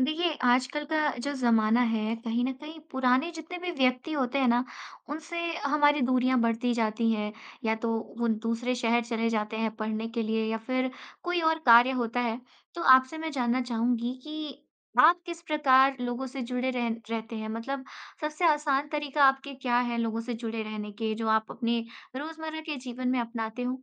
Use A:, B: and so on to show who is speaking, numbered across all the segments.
A: देखिए, आजकल का जो ज़माना है, कहीं न कहीं पुराने जितने भी व्यक्ति होते हैं ना, उनसे हमारी दूरियाँ बढ़ती जाती हैं। या तो वो दूसरे शहर चले जाते हैं पढ़ने के लिए या फिर कोई और कार्य होता है। तो आपसे मैं जानना चाहूँगी कि आप किस प्रकार लोगों से जुड़े रह रहते हैं? मतलब सबसे आसान तरीका आपके क्या है लोगों से जुड़े रहने के, जो आप अपने रोज़मर्रा के जीवन में अपनाते हो?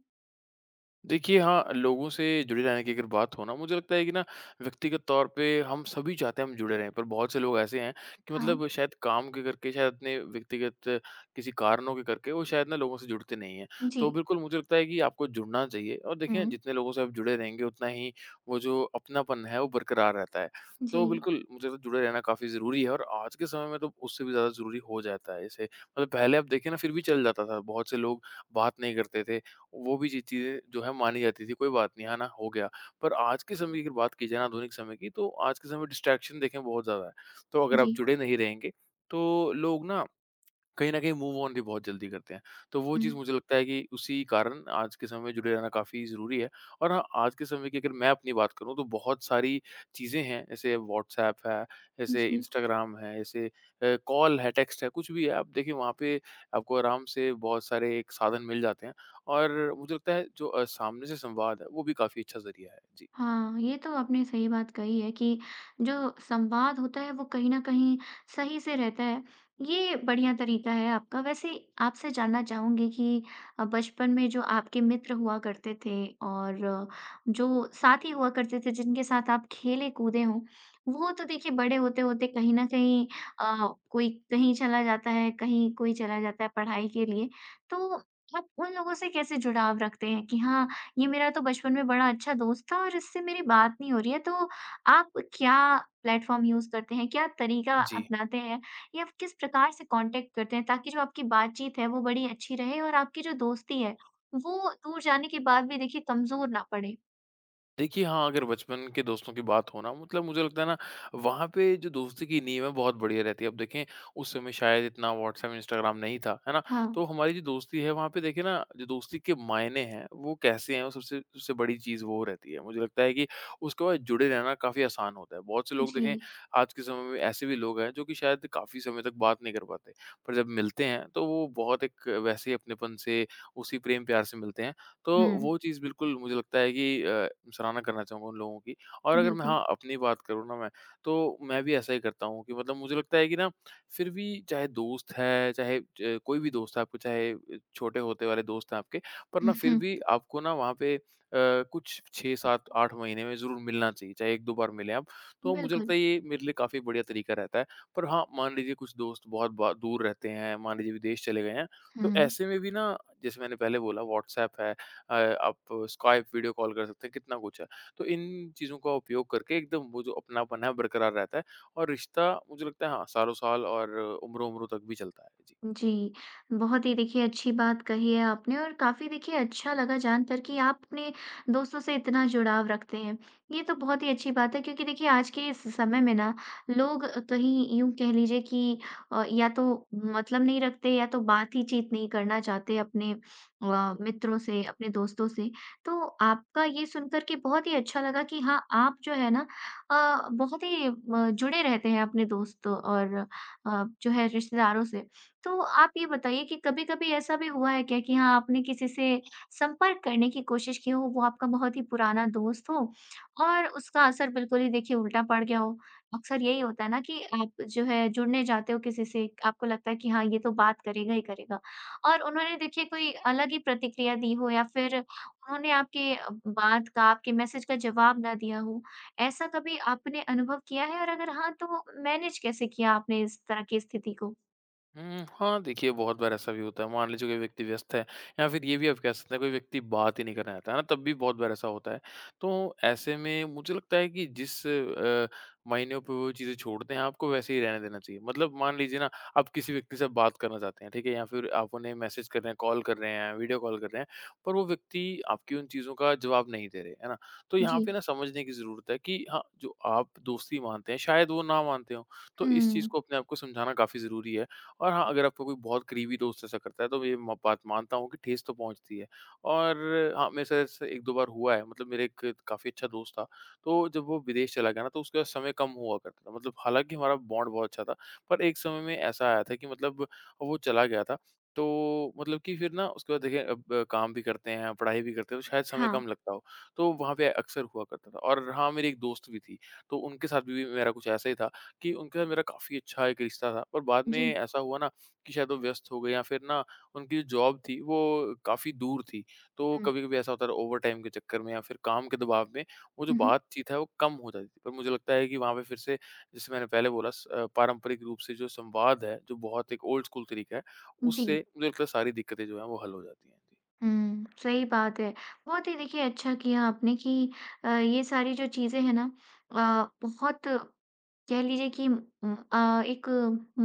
B: देखिए, हाँ, लोगों से जुड़े रहने की अगर बात हो ना, मुझे लगता है कि ना व्यक्तिगत तौर पे हम सभी चाहते हैं हम जुड़े रहें, पर बहुत से लोग ऐसे हैं कि
A: हाँ।
B: मतलब शायद काम के करके, शायद अपने व्यक्तिगत किसी कारणों के करके वो शायद ना लोगों से जुड़ते नहीं हैं।
A: जी।
B: तो बिल्कुल मुझे लगता है कि आपको जुड़ना चाहिए और देखें
A: हुँ।
B: जितने लोगों से आप जुड़े रहेंगे उतना ही वो जो अपनापन है वो बरकरार रहता है।
A: जी।
B: तो बिल्कुल मुझे तो जुड़े रहना काफ़ी ज़रूरी है और आज के समय में तो उससे भी ज़्यादा ज़रूरी हो जाता है। जैसे मतलब पहले आप देखें ना फिर भी चल जाता था, बहुत से लोग बात नहीं करते थे वो भी जी चीज़ें जो है मानी जाती थी, कोई बात नहीं, है ना? हो गया। पर आज के समय की अगर बात की जाए ना आधुनिक समय की, तो आज के समय डिस्ट्रैक्शन देखें बहुत ज़्यादा है। तो अगर आप
A: जी।
B: जुड़े नहीं रहेंगे, तो लोग ना कहीं न कहीं मूव ऑन भी बहुत जल्दी करते हैं। तो वो
A: हुँ।
B: चीज़ मुझे लगता है कि उसी कारण आज के समय में जुड़े रहना काफ़ी ज़रूरी है। और हाँ, आज के समय की अगर मैं अपनी बात करूँ तो बहुत सारी चीज़ें हैं जैसे व्हाट्सऐप है, जैसे
A: जी।
B: इंस्टाग्राम है, जैसे कॉल है, टेक्स्ट है, कुछ भी है। आप देखिए वहाँ पे आपको आराम से बहुत सारे एक साधन मिल जाते हैं और मुझे लगता है जो सामने से संवाद है वो भी काफ़ी अच्छा ज़रिया है। जी।
A: हाँ, ये तो आपने सही बात कही है कि जो संवाद होता है वो कहीं न कहीं सही से रहता है। ये बढ़िया तरीका है आपका। वैसे आपसे जानना चाहूँगी कि बचपन में जो आपके मित्र हुआ करते थे और जो साथी हुआ करते थे जिनके साथ आप खेले-कूदे हों, वो तो देखिए बड़े होते-होते कहीं न कहीं कोई कहीं चला जाता है, कहीं कोई चला जाता है पढ़ाई के लिए। तो आप उन लोगों से कैसे जुड़ाव रखते हैं कि हाँ, ये मेरा तो बचपन में बड़ा अच्छा दोस्त था और इससे मेरी बात नहीं हो रही है, तो आप क्या प्लेटफ़ॉर्म यूज़ करते हैं? क्या तरीका
B: जी।
A: अपनाते हैं? या आप किस प्रकार से कॉन्टैक्ट करते हैं ताकि जो आपकी बातचीत है वो बड़ी अच्छी रहे और आपकी जो दोस्ती है, वो दूर जाने के बाद भी देखिए कमज़ोर ना पड़े?
B: देखिए, हाँ, अगर बचपन के दोस्तों की बात हो ना मतलब मुझे लगता है ना वहाँ पे जो दोस्ती की नींव है बहुत बढ़िया रहती है। अब देखें उस समय शायद इतना व्हाट्सएप, इंस्टाग्राम नहीं था, है ना?
A: हाँ।
B: तो हमारी जो दोस्ती है वहाँ पे देखिए ना जो दोस्ती के मायने हैं वो कैसे हैं वो सबसे सबसे बड़ी चीज़ वो रहती है। मुझे लगता है कि उसके बाद जुड़े रहना काफ़ी आसान होता है। बहुत से लोग
A: जी।
B: देखें आज के समय में ऐसे भी लोग हैं जो कि शायद काफ़ी समय तक बात नहीं कर पाते। पर जब मिलते हैं तो वो बहुत एक वैसे ही अपनेपन से उसी प्रेम-प्यार से मिलते हैं। तो
A: हुँ।
B: वो चीज़ बिल्कुल मुझे लगता है कि सराहना करना चाहूँगा उन लोगों की। और अगर मैं
A: बिल्कुल।
B: हाँ, अपनी बात करूँ ना मैं, तो मैं भी ऐसा ही करता हूँ कि मतलब मुझे लगता है कि ना फिर भी चाहे दोस्त है, चाहे ज कोई भी दोस्त है आपको चाहे छोटे होते वाले दोस्त हैं आपके, पर
A: हुँ,
B: ना फिर
A: हुँ।
B: भी आपको ना वहाँ पे कुछ 6, 7, 8 महीने में ज़रूर मिलना चाहिए, चाहे 1-2 बार मिलें आप। तो मुझे लगता
A: बिल्कुल।
B: है ये मेरे लिए काफ़ी बढ़िया तरीका रहता है। पर हाँ, मान लीजिए कुछ दोस्त बहुत बा दूर रहते हैं, मान लीजिए विदेश चले गए हैं, तो
A: हुँ।
B: ऐसे में भी ना जैसे मैंने पहले बोला व्हाट्सऐप है अ, आप स्काइप वीडियो कॉल कर सकते हैं, कितना कुछ है। तो इन चीज़ों का उपयोग करके एकदम वो जो अपनापन है बरकरार रहता है और रिश्ता मुझे लगता है हाँ, सालों-साल और उम्रों-उम्रों तक भी चलता है। जी।
A: जी, बहुत ही देखिए अच्छी बात कही है आपने और काफ़ी देखिए अच्छा लगा जानकर कि आप अपने दोस्तों से इतना जुड़ाव रखते हैं। ये तो बहुत ही अच्छी बात है क्योंकि देखिए आज के इस समय में ना लोग कहीं यूँ कह लीजिए कि या तो मतलब नहीं रखते या तो बातचीत नहीं करना चाहते अपने मित्रों से, अपने दोस्तों से। तो आपका ये सुनकर के बहुत ही अच्छा लगा कि हाँ, आप जो है ना बहुत ही जुड़े रहते हैं अपने दोस्तों और जो है रिश्तेदारों से। तो आप ये बताइए कि कभी-कभी ऐसा भी हुआ है क्या कि हाँ, आपने किसी से संपर्क करने की कोशिश की हो, वो आपका बहुत ही पुराना दोस्त हो और उसका असर बिल्कुल ही देखिए उल्टा पड़ गया हो? अक्सर यही होता है ना कि आप जो है जुड़ने जाते हो किसी से, आपको लगता है कि हाँ, ये तो बात करेगा ही करेगा और उन्होंने देखिए कोई अलग ही प्रतिक्रिया दी हो या फिर उन्होंने आपके बात का, आपके मैसेज का जवाब ना दिया हो। ऐसा कभी आपने अनुभव किया है और अगर हाँ, तो मैनेज कैसे किया आपने इस तरह की स्थिति को?
B: हुँ, हाँ, देखिए बहुत बार ऐसा भी होता है। मान लीजिए कोई व्यक्ति व्यस्त है या फिर ये भी आप कह सकते हैं कोई व्यक्ति बात ही नहीं करना चाहता, है ना? तब भी बहुत बार ऐसा होता है। तो ऐसे में मुझे लगता है कि जिस मायने पे वो चीज़ें छोड़ते हैं, आपको वैसे ही रहने देना चाहिए। मतलब मान लीजिए ना, आप किसी व्यक्ति से बात करना चाहते हैं, ठीक है? या फिर आप उन्हें मैसेज कर रहे हैं, कॉल कर रहे हैं, वीडियो कॉल कर रहे हैं, पर वो व्यक्ति आपकी उन चीज़ों का जवाब नहीं दे रहे, है ना? तो यहाँ
A: जी।
B: पे ना समझने की ज़रूरत है कि हाँ, जो आप दोस्ती मानते हैं, शायद वो ना मानते हों। तो इस चीज़
A: हुँ,
B: को अपने आप को समझाना काफ़ी ज़रूरी है। और हाँ, अगर आपका कोई बहुत करीबी दोस्त ऐसा करता है तो ये म बात मानता हूँ कि ठेस तो पहुँचती है। और हाँ, मेरे साथ ऐसे 1-2 बार हुआ है मतलब मेरा एक काफ़ी अच्छा दोस्त था, तो जब वो विदेश चला गया ना तो उसके पास समय कम हुआ करता था। मतलब हालाँकि हमारा बॉन्ड बहुत अच्छा था, पर एक समय में ऐसा आया था कि मतलब वो चला गया था, तो मतलब कि फिर ना उसके बाद देखिए अब काम भी करते हैं, पढ़ाई भी करते हैं, तो शायद समय
A: हाँ,
B: कम लगता हो, तो वहाँ पे अक्सर हुआ करता था। और हाँ, मेरी एक दोस्त भी थी, तो उनके साथ भी मेरा कुछ ऐसा ही था कि उनके साथ मेरा काफ़ी अच्छा एक रिश्ता था। पर बाद में
A: जी।
B: ऐसा हुआ ना कि शायद वो व्यस्त हो गए या फिर ना उनकी जो जॉब थी वो काफ़ी दूर थी। तो
A: हुँ।
B: कभी-कभी ऐसा होता था ओवरटाइम के चक्कर में या फिर काम के दबाव में वो जो
A: हुँ, हुँ,
B: बातचीत है वो कम हो जाती थी। पर मुझे लगता है कि वहाँ पे फिर से जैसे मैंने पहले बोला पारंपरिक रूप से जो संवाद है, जो बहुत एक ओल्ड स्कूल तरीका है,
A: जी।
B: उससे मुझे लगता है सारी दिक्कतें जो हैं वो हल हो जाती हैं। जी।
A: हुँ, सही बात है। बहुत ही देखिए अच्छा किया आपने कि ये सारी जो चीज़ें हैं ना बहुत कह लीजिए कि एक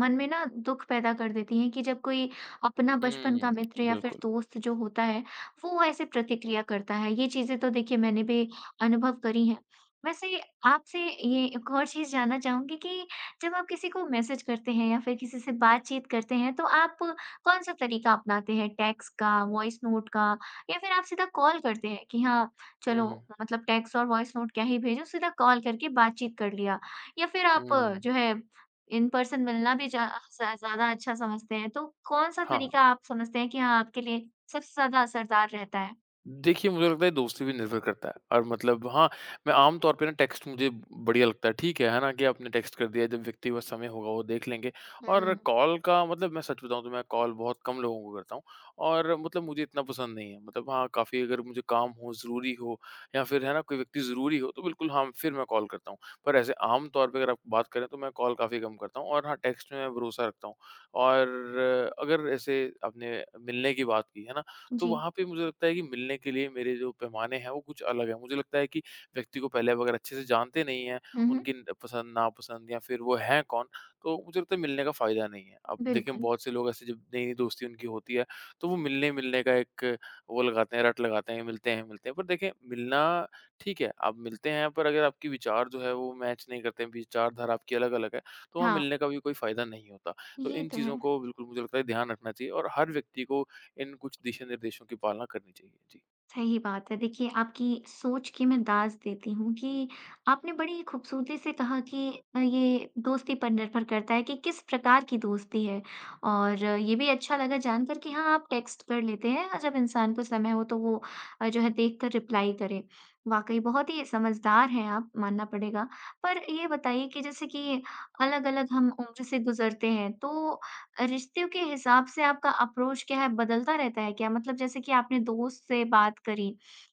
A: मन में ना दुःख पैदा कर देती हैं कि जब कोई अपना बचपन का
B: हुँ,
A: मित्र या फिर
B: बिल्कुल।
A: दोस्त जो होता है, वो ऐसे प्रतिक्रिया करता है। ये चीज़ें तो देखिए मैंने भी अनुभव करी हैं। वैसे आपसे ये एक और चीज़ जानना चाहूँगी कि जब आप किसी को मैसेज करते हैं या फिर किसी से बातचीत करते हैं, तो आप कौन-सा तरीका अपनाते हैं? टेक्स्ट का, वॉइस नोट का या फिर आप सीधा कॉल करते हैं कि हाँ,
B: हुँ,
A: चलो
B: हुँ।
A: मतलब टेक्स्ट और वॉइस नोट क्या ही भेजो, सीधा कॉल करके बातचीत कर लिया या फिर आप
B: हुँ।
A: जो है इन पर्सन मिलना भी जा ज़्या ज़्यादा अच्छा समझते हैं, तो कौन-सा
B: हाँ।
A: तरीका आप समझते हैं कि हाँ, आपके लिए सबसे ज़्यादा असरदार रहता है?
B: देखिए, मुझे लगता है दोस्ती पे निर्भर करता है और मतलब हाँ, मैं आम तौर पे ना टेक्स्ट मुझे बढ़िया लगता है, ठीक है ना? कि आपने टेक्स्ट कर दिया जब व्यक्ति के पास समय होगा वो देख लेंगे और
A: हुँ,
B: कॉल का मतलब मैं सच बताऊँ तो मैं कॉल बहुत कम लोगों को करता हूँ और मतलब मुझे इतना पसंद नहीं है। मतलब हाँ, काफ़ी अगर मुझे काम हो, ज़रूरी हो या फिर है ना कोई व्यक्ति ज़रूरी हो तो बिल्कुल हाँ, फिर मैं कॉल करता हूँ। पर ऐसे आम तौर पे अगर आप बात करें तो मैं कॉल काफ़ी कम करता हूँ और हाँ, टेक्स्ट में मैं भरोसा रखता हूँ और अगर ऐसे आपने मिलने की बात की, है ना? तो
A: जी।
B: वहाँ पे मुझे लगता है कि मिलने के लिए मेरे जो पैमाने हैं वो कुछ अलग हैं। मुझे लगता है कि व्यक्ति को पहले आप अगर अच्छे से जानते नहीं हैं,
A: हुँ, हुँ,
B: उनकी न पसंद नापसंद या फिर वो हैं कौन, तो मुझे लगता है मिलने का फ़ायदा नहीं है। अब देखें
A: बिल्कुल।
B: बहुत से लोग ऐसे जब नई-नई दोस्ती उनकी होती है, तो वो मिलने-मिलने का एक वो लगाते हैं, रट लगाते हैं, मिलते हैं, मिलते हैं। पर देखें मिलना ठीक है, आप मिलते हैं पर अगर आपके विचार जो है वो मैच नहीं करते हैं, विचारधारा आपकी अलग-अलग है, तो वहाँ
A: हाँ,
B: मिलने का भी कोई फ़ायदा नहीं होता। तो
A: ये
B: इन
A: तो
B: चीज़ों
A: है।
B: को बिल्कुल मुझे लगता है ध्यान रखना चाहिए और हर व्यक्ति को इन कुछ दिशा निर्देशों की पालना करनी चाहिए? जी।
A: सही बात है। देखिए, आपकी सोच की मैं दाज़ देती हूँ कि आपने बड़ी खूबसूरती से कहा कि ये दोस्ती पर निर्भर करता है कि किस प्रकार की दोस्ती है। और ये भी अच्छा लगा जानकर कि हाँ, आप टेक्स्ट कर लेते हैं और जब इंसान को समय हो तो वो जो है देख कर रिप्लाई करे। वाक़ई बहुत ही समझदार हैं आप, मानना पड़ेगा। पर ये बताइए कि जैसे कि अलग-अलग हम उम्र से गुज़रते हैं, तो रिश्तों के हिसाब से आपका अप्रोच क्या है, बदलता रहता है क्या? मतलब जैसे कि आपने दोस्त से बात करी,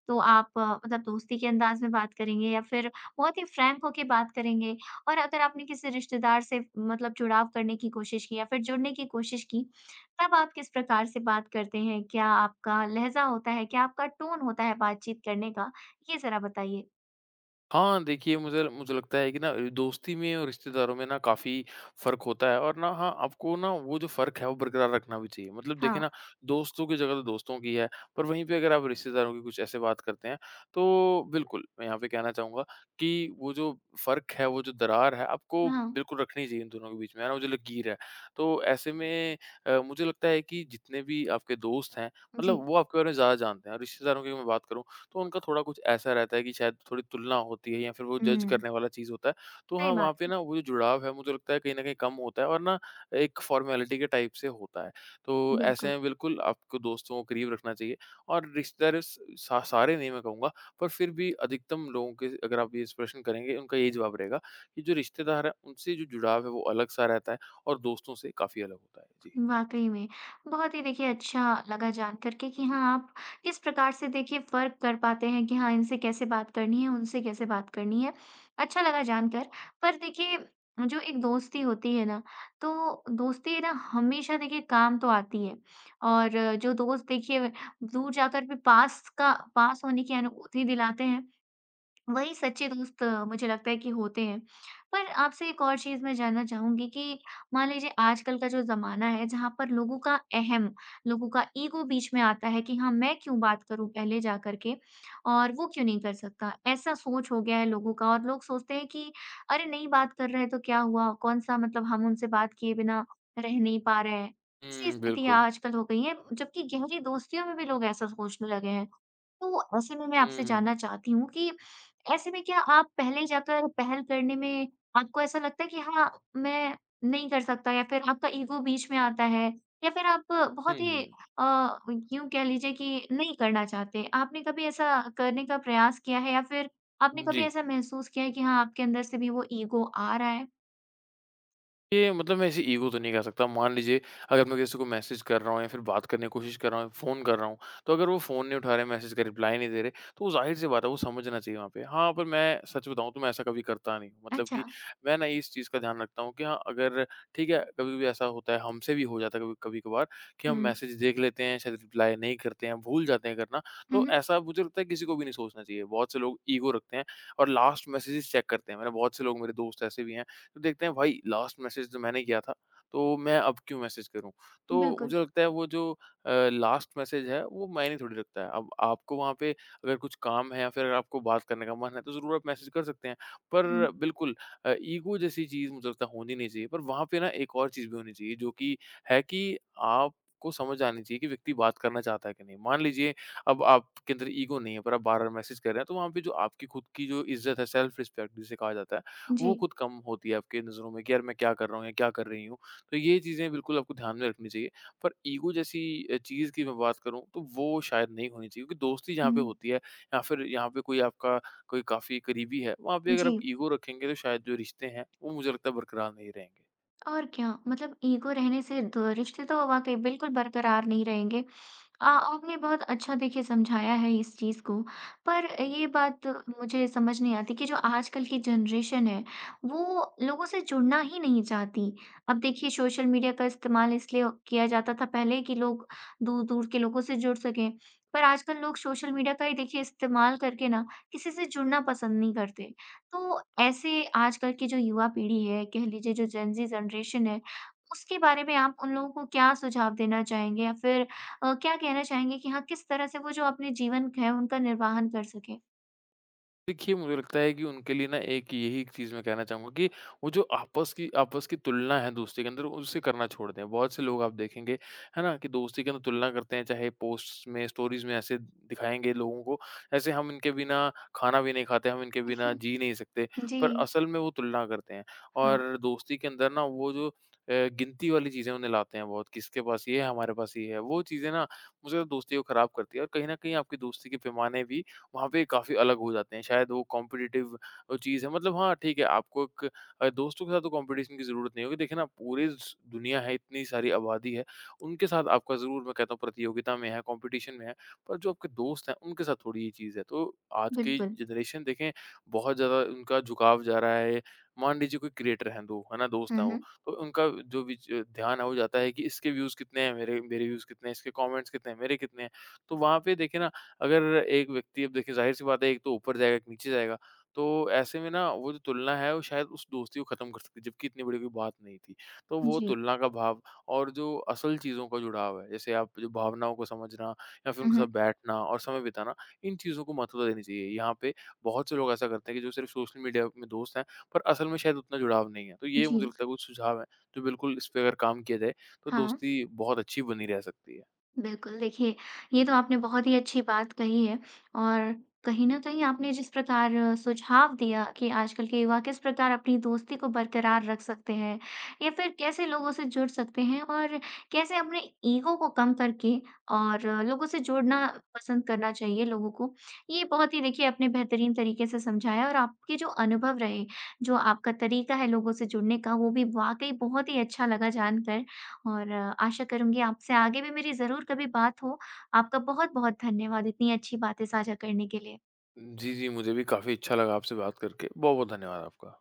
A: तो आप मतलब दोस्ती के अंदाज में बात करेंगे या फिर बहुत ही फ्रैंक होके बात करेंगे? और अगर आपने किसी रिश्तेदार से मतलब जुड़ाव करने की कोशिश की या फिर जुड़ने की कोशिश की, तब आप किस प्रकार से बात करते हैं? क्या आपका लहज़ा होता है? क्या आपका टोन होता है बातचीत करने का? ये ज़रा बताइए।
B: हाँ, देखिए मुझे मुझे लगता है कि ना दोस्ती में और रिश्तेदारों में ना काफ़ी फ़र्क होता है और ना हाँ, आपको ना वो जो फ़र्क है वो बरकरार रखना भी चाहिए। मतलब देखिए
A: हाँ,
B: ना दोस्तों की जगह तो दोस्तों की है, पर वहीं पे अगर आप रिश्तेदारों की कुछ ऐसे बात करते हैं, तो बिल्कुल मैं यहाँ पे कहना चाहूँगा कि वो जो फ़र्क है, वो जो दरार है, आपको
A: हाँ।
B: बिल्कुल रखनी चाहिए इन दोनों के बीच में, है ना? वो जो लकीर है। तो ऐसे में मुझे लगता है कि जितने भी आपके दोस्त हैं, मतलब
A: जी।
B: वो आपके बारे में ज़्यादा जानते हैं और रिश्तेदारों की मैं बात करूँ तो उनका थोड़ा कुछ ऐसा रहता है कि शायद थोड़ी तुलना होती है या फिर वो जज
A: हुँ,
B: करने वाला चीज़ होता है। तो हाँ,
A: सही
B: वहाँ
A: बात
B: पे
A: है।
B: ना वो जो जुड़ाव है मुझे लगता है कहीं न कहीं कम होता है और ना एक फ़ॉर्मेलिटी के टाइप से होता है। तो ऐसे
A: बिल्कुल।
B: में बिल्कुल आपको दोस्तों को करीब रखना चाहिए और रिश्तेदार स सा सारे नहीं मैं कहूँगा पर फिर भी अधिकतम लोगों के अगर आप ये प्रश्न करेंगे उनका यही जवाब रहेगा कि जो रिश्तेदार हैं उनसे जो जुड़ाव है वो अलग-सा रहता है और दोस्तों से काफ़ी अलग होता है। जी।
A: वाक़ई में, बहुत ही देखिए अच्छा लगा जान कर के कि हाँ, आप किस प्रकार से देखिए फ़र्क कर पाते हैं कि हाँ, इनसे कैसे बात करनी है, उनसे कैसे बात करनी है। अच्छा लगा जानकर। पर देखिए जो एक दोस्ती होती है ना, तो दोस्ती ना हमेशा देखिए काम तो आती है और जो दोस्त देखिए दूर जाकर भी पास का पास होने की अनुभूति दिलाते हैं, वही सच्चे दोस्त मुझे लगता है कि होते हैं। पर आपसे एक और चीज़ मैं जानना चाहूँगी कि मान लीजिए आजकल का जो ज़माना है जहाँ पर लोगों का अहम, लोगों का ईगो बीच में आता है कि हाँ, मैं क्यों बात करूँ पहले जा कर के और वो क्यों नहीं कर सकता? ऐसा सोच हो गया है लोगों का और लोग सोचते हैं कि अरे! नहीं बात कर रहे हैं तो क्या हुआ? कौन-सा मतलब हम उनसे बात किए बिना रह नहीं पा रहे हैं। ऐसी
B: हुँ, बिल्कुल।
A: स्थितियाँ आजकल हो गई हैं, जबकि गहरी दोस्तियों में भी लोग ऐसा सोचने लगे हैं। तो ऐसे में मैं
B: हुँ,
A: आपसे
B: हुँ।
A: जानना चाहती हूँ कि ऐसे में क्या आप पहले जाकर पहल करने में आपको ऐसा लगता है कि हाँ, मैं नहीं कर सकता या फिर आपका ईगो बीच में आता है या फिर आप
B: हुँ,
A: बहुत ही
B: हुँ।
A: अ, यूँ कह लीजिए कि नहीं करना चाहते। आपने कभी ऐसा करने का प्रयास किया है या फिर आपने कभी
B: जी।
A: ऐसा महसूस किया है कि हाँ, आपके अंदर से भी वो ईगो आ रहा है?
B: ये मतलब मैं इसे ईगो तो नहीं कह सकता। मान लीजिए अगर मैं किसी को मैसेज कर रहा हूँ या फिर बात करने की कोशिश कर रहा हूँ, फ़ोन कर रहा हूँ, तो अगर वो फ़ोन नहीं उठा रहे, मैसेज का रिप्लाई नहीं दे रहे, तो ज़ाहिर-सी बात है वो समझना चाहिए वहाँ पे। हाँ, पर मैं सच बताऊँ तो मैं ऐसा कभी करता नहीं हूँ। मतलब
A: अच्छा।
B: कि मैं ना इस चीज़ का ध्यान रखता हूँ कि हाँ, अगर ठीक है, कभी-कभी ऐसा होता है, हमसे भी हो जाता है कभी कभी-कभार कि हम
A: हुँ।
B: मैसेज देख लेते हैं, शायद रिप्लाई नहीं करते हैं, भूल जाते हैं करना।
A: हुँ,
B: तो
A: हुँ।
B: ऐसा मुझे लगता है किसी को भी नहीं सोचना चाहिए। बहुत से लोग ईगो रखते हैं और लास्ट मैसेजेज़ चेक करते हैं। मैंने बहुत से लोग मेरे दोस्त ऐसे भी हैं। तो देखते हैं, भाई लास्ट मैसेज तो मैंने किया था, तो मैं अब क्यों मैसेज करूँ? तो
A: बिल्कुल।
B: मुझे लगता है वो जो लास्ट मैसेज है वो मायने थोड़ी रखता है। अब आपको वहाँ पे अगर कुछ काम है या फिर अगर आपको बात करने का मन है तो ज़रूर आप मैसेज कर सकते हैं।
A: हुँ।
B: पर बिल्कुल ईगो जैसी चीज़ मुझे लगता है होनी नहीं चाहिए। पर वहाँ पे ना एक और चीज़ भी होनी चाहिए, जो कि है कि आपको समझ आनी चाहिए कि व्यक्ति बात करना चाहता है कि नहीं। मान लीजिए अब आपके अंदर ईगो नहीं है, पर आप बार-बार मैसेज कर रहे हैं, तो वहाँ पे जो आपकी खुद की जो इज़्ज़त है, सेल्फ रिस्पेक्ट जिसे कहा जाता है,
A: जी।
B: वो खुद कम होती है आपके नज़रों में कि यार, मैं क्या कर रहा हूँ या क्या कर रही हूँ। तो ये चीज़ें बिल्कुल आपको ध्यान में रखनी चाहिए। पर ईगो जैसी चीज़ की मैं बात करूँ तो वो शायद नहीं होनी चाहिए, क्योंकि दोस्ती जहाँ
A: हुँ।
B: पे होती है या फिर यहाँ पे कोई आपका कोई काफ़ी करीबी है, वहाँ पे अगर आप
A: जी।
B: ईगो रखेंगे तो शायद जो रिश्ते हैं वो मुझे लगता है बरकरार नहीं रहेंगे।
A: और क्या मतलब ईगो रहने से दो रिश्ते तो वाकई बिल्कुल बरकरार नहीं रहेंगे। आपने बहुत अच्छा देखिए समझाया है इस चीज़ को, पर ये बात मुझे समझ नहीं आती कि जो आजकल की जनरेशन है, वो लोगों से जुड़ना ही नहीं चाहती। अब देखिए सोशल मीडिया का इस्तेमाल इसलिए किया जाता था पहले कि लोग दूर-दूर के लोगों से जुड़ सकें, पर आजकल लोग सोशल मीडिया का ही देखिए इस्तेमाल करके ना किसी से जुड़ना पसंद नहीं करते। तो ऐसे आजकल की जो युवा पीढ़ी है, कह लीजिए जो जेन ज़ी जनरेशन है, उसके बारे में आप उन लोगों को क्या सुझाव देना चाहेंगे या फिर क्या कहना चाहेंगे कि हाँ, किस तरह से वो जो अपने जीवन है, उनका निर्वाहन कर सकें?
B: देखिए, मुझे लगता है कि उनके लिए ना एक यही चीज़ मैं कहना चाहूँगा कि वो जो आपस की तुलना है दोस्ती के अंदर, उसे करना छोड़ दें। बहुत से लोग आप देखेंगे, है ना? कि दोस्ती के अंदर तुलना करते हैं, चाहे पोस्ट्स में, स्टोरीज़ में ऐसे दिखाएँगे लोगों को, ऐसे हम इनके बिना खाना भी नहीं खाते, हम इनके बिना जी नहीं सकते,
A: जी,
B: पर असल में वो तुलना करते हैं।
A: हाँ,
B: और दोस्ती के अंदर ना वो जो गिनती वाली चीज़ें उन्हें लाते हैं बहुत, किसके पास ये है, हमारे पास ये है। वो चीज़ें ना मुझे दोस्ती को खराब करती है, और कहीं न कहीं आपकी दोस्ती के पैमाने भी वहाँ पे काफ़ी अलग हो जाते हैं। शायद वो कॉम्पिटिटिव चीज़ है, मतलब हाँ, ठीक है आपको एक दोस्तों के साथ तो कॉम्पिटिशन की ज़रूरत नहीं होगी। देखिए ना, पूरी स दुनिया है, इतनी सारी आबादी है, उनके साथ आपका ज़रूर मैं कहता हूँ प्रतियोगिता में है, कॉम्पिटिशन में है, पर जो आपके दोस्त हैं उनके साथ थोड़ी ये चीज़ है। तो आज की
A: बिल्कुल।
B: जनरेशन देखें, बहुत ज़्यादा उनका झुकाव जा रहा है। मान लीजिए कोई क्रिएटर हैं 2, है ना, दोस्त
A: हुँ,
B: हैं वो,
A: हुँ।
B: तो उनका जो विच ध्यान है वो जाता है कि इसके व्यूज़ कितने हैं, मेरे मेरे व्यूज़ कितने हैं, इसके कमेंट्स कितने हैं, मेरे कितने हैं। तो वहाँ पे देखिए ना, अगर एक व्यक्ति, अब देखिए ज़ाहिर-सी बात है, एक तो ऊपर जाएगा, एक नीचे जाएगा, तो ऐसे में ना वो जो तुलना है वो शायद उस दोस्ती को ख़त्म कर सकती है, जबकि इतनी बड़ी कोई बात नहीं थी। तो वो
A: जी।
B: तुलना का भाव और जो असल चीज़ों का जुड़ाव है, जैसे आप जो भावनाओं को समझना या फिर
A: हुँ,
B: उनके साथ
A: हुँ।
B: बैठना और समय बिताना, इन चीज़ों को महत्वता देनी चाहिए। यहाँ पे बहुत से लोग ऐसा करते हैं कि जो सिर्फ़ सोशल मीडिया में दोस्त हैं, पर असल में शायद उतना जुड़ाव नहीं है। तो ये मुझे
A: जी,
B: लगता है कुछ सुझाव हैं, जो बिल्कुल इस पे अगर काम किया जाए, तो
A: हाँ।
B: दोस्ती बहुत अच्छी बनी रह सकती है।
A: बिल्कुल, देखिए ये तो आपने बहुत ही अच्छी बात कही है और कहीं न कहीं आपने जिस प्रकार सुझाव दिया कि आजकल के युवा किस प्रकार अपनी दोस्ती को बरकरार रख सकते हैं या फिर कैसे लोगों से जुड़ सकते हैं और कैसे अपने ईगो को कम करके और लोगों से जुड़ना पसंद करना चाहिए लोगों को। ये बहुत ही देखिए आपने बेहतरीन तरीके से समझाया और आपके जो अनुभव रहे, जो आपका तरीका है लोगों से जुड़ने का, वो भी वाक़ई बहुत ही अच्छा लगा जानकर। और आशा करूँगी आपसे आगे भी मेरी ज़रूर कभी बात हो। आपका बहुत-बहुत धन्यवाद इतनी अच्छी बातें साझा करने के लिए।
B: जी, जी, मुझे भी काफ़ी अच्छा लगा आपसे बात करके। बहुत-बहुत धन्यवाद आपका।